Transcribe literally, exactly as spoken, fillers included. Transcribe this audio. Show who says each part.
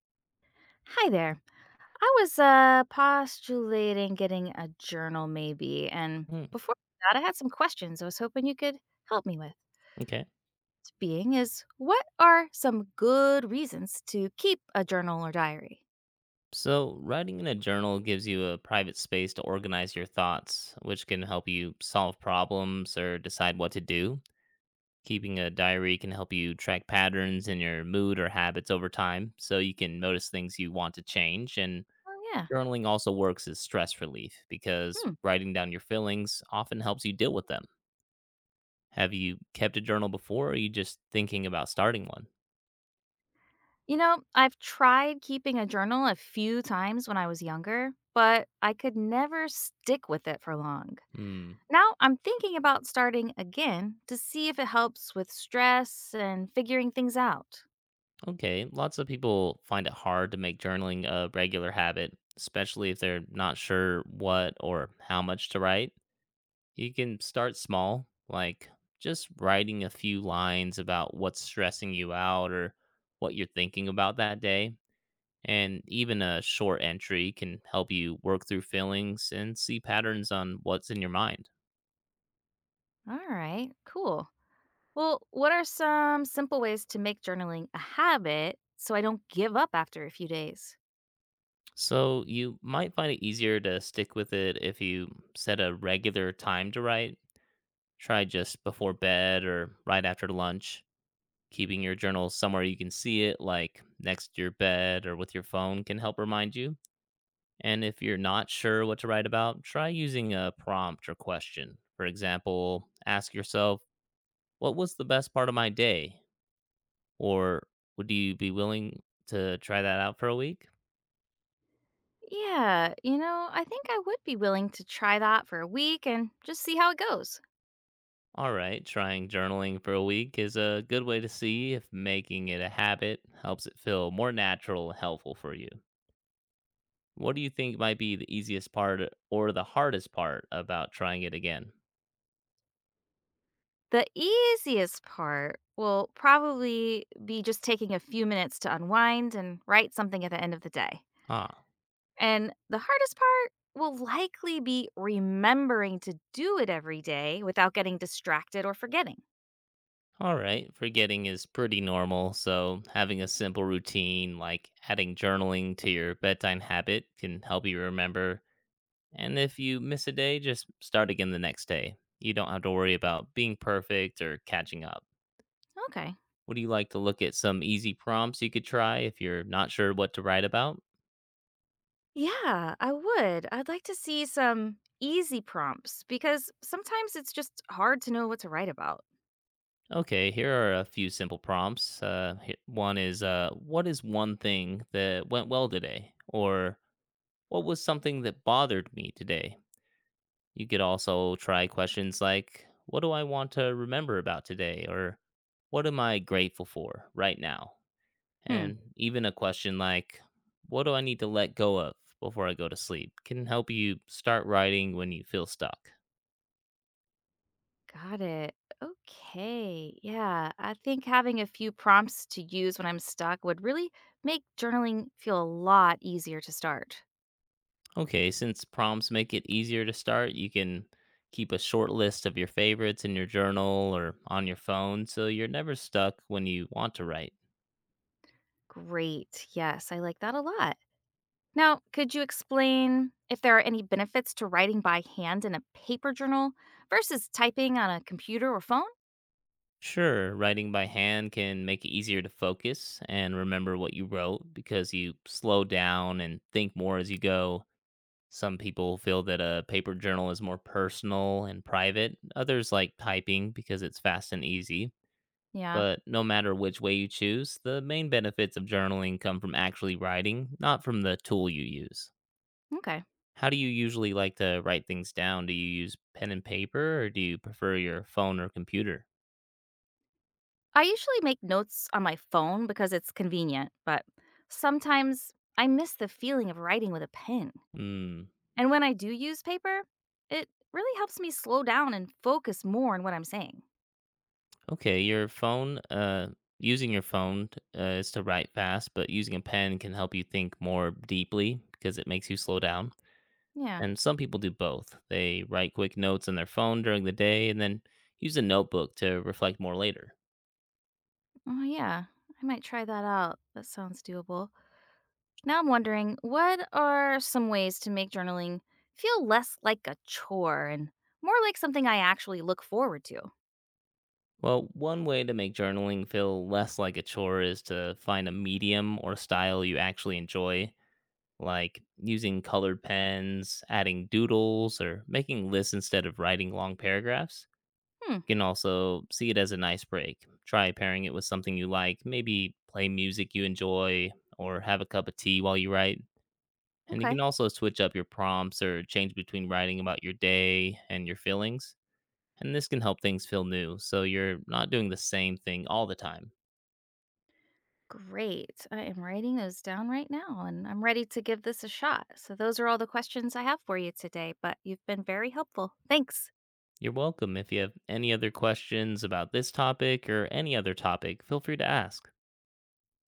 Speaker 1: Hi there. I was uh, postulating getting a journal, maybe. And
Speaker 2: Hmm,
Speaker 1: before that, I had some questions I was hoping you could help me with.
Speaker 2: okay.
Speaker 1: Being is what are some good reasons to keep a journal or diary?
Speaker 2: So, writing in a journal gives you a private space to organize your thoughts, which can help you solve problems or decide what to do. Keeping a diary can help you track patterns in your mood or habits over time, so you can notice things you want to change. And
Speaker 1: Oh, yeah.
Speaker 2: journaling also works as stress relief because
Speaker 1: Hmm.
Speaker 2: writing down your feelings often helps you deal with them. Have you kept a journal before, or are you just thinking about starting one?
Speaker 1: You know, I've tried keeping a journal a few times when I was younger, but I could never stick with it for long.
Speaker 2: Hmm.
Speaker 1: Now I'm thinking about starting again to see if it helps with stress and figuring things out.
Speaker 2: Okay, lots of people find it hard to make journaling a regular habit, especially if they're not sure what or how much to write. You can start small, like just writing a few lines about what's stressing you out or what you're thinking about that day. And even a short entry can help you work through feelings and see patterns on what's in your mind.
Speaker 1: All right, cool. Well, what are some simple ways to make journaling a habit so I don't give up after a few days?
Speaker 2: So you might find it easier to stick with it if you set a regular time to write. Try just before bed or right after lunch. Keeping your journal somewhere you can see it, like next to your bed or with your phone, can help remind you. And if you're not sure what to write about, try using a prompt or question. For example, ask yourself, what was the best part of my day? Or would you be willing to try that out for a week?
Speaker 1: Yeah, you know, I think I would be willing to try that for a week and just see how it goes.
Speaker 2: All right, trying journaling for a week is a good way to see if making it a habit helps it feel more natural and helpful for you. What do you think might be the easiest part or the hardest part about trying it again?
Speaker 1: The easiest part will probably be just taking a few minutes to unwind and write something at the end of the day.
Speaker 2: Ah,
Speaker 1: And the hardest part will likely be remembering to do it every day without getting distracted or forgetting.
Speaker 2: all right. Forgetting is pretty normal, so having a simple routine like adding journaling to your bedtime habit can help you remember. And if you miss a day, just start again the next day. You don't have to worry about being perfect or catching up.
Speaker 1: Okay.
Speaker 2: Would you like to look at some easy prompts you could try if you're not sure what to write about?
Speaker 1: Yeah, I would. I'd like to see some easy prompts because sometimes it's just hard to know what to write about.
Speaker 2: Okay, here are a few simple prompts. Uh, he- one is uh, what is one thing that went well today? Or what was something that bothered me today? You could also try questions like, what do I want to remember about today? Or what am I grateful for right now?
Speaker 1: Hmm.
Speaker 2: And even a question like, what do I need to let go of before I go to sleep, can help you start writing when you feel stuck.
Speaker 1: Got it. Okay. Yeah, I think having a few prompts to use when I'm stuck would really make journaling feel a lot easier to start.
Speaker 2: Okay, since prompts make it easier to start, you can keep a short list of your favorites in your journal or on your phone so you're never stuck when you want to write.
Speaker 1: Great. Yes, I like that a lot. Now, could you explain if there are any benefits to writing by hand in a paper journal versus typing on a computer or phone?
Speaker 2: Sure, writing by hand can make it easier to focus and remember what you wrote because you slow down and think more as you go. Some people feel that a paper journal is more personal and private, others like typing because it's fast and easy.
Speaker 1: Yeah.
Speaker 2: But no matter which way you choose, the main benefits of journaling come from actually writing, not from the tool you use.
Speaker 1: Okay.
Speaker 2: How do you usually like to write things down? Do you use pen and paper or do you prefer your phone or computer?
Speaker 1: I usually make notes on my phone because it's convenient, but sometimes I miss the feeling of writing with a pen.
Speaker 2: Mm,
Speaker 1: And when I do use paper, it really helps me slow down and focus more on what I'm saying.
Speaker 2: okay, your phone, uh, using your phone t- uh, is to write fast, but using a pen can help you think more deeply because it makes you slow down.
Speaker 1: Yeah.
Speaker 2: And some people do both. They write quick notes on their phone during the day and then use a notebook to reflect more later.
Speaker 1: Oh, yeah. I might try that out. That sounds doable. Now I'm wondering what are some ways to make journaling feel less like a chore and more like something I actually look forward to?
Speaker 2: Well, one way to make journaling feel less like a chore is to find a medium or style you actually enjoy, like using colored pens, adding doodles, or making lists instead of writing long paragraphs.
Speaker 1: Hmm.
Speaker 2: You can also see it as a nice break. Try pairing it with something you like, maybe play music you enjoy, or have a cup of tea while you write. And you
Speaker 1: Okay.
Speaker 2: can also switch up your prompts or change between writing about your day and your feelings. And this can help things feel new, so you're not doing the same thing all the time.
Speaker 1: Great. I am writing those down right now and I'm ready to give this a shot. So, those are all the questions I have for you today, but you've been very helpful. Thanks.
Speaker 2: You're welcome. If you have any other questions about this topic or any other topic, feel free to ask.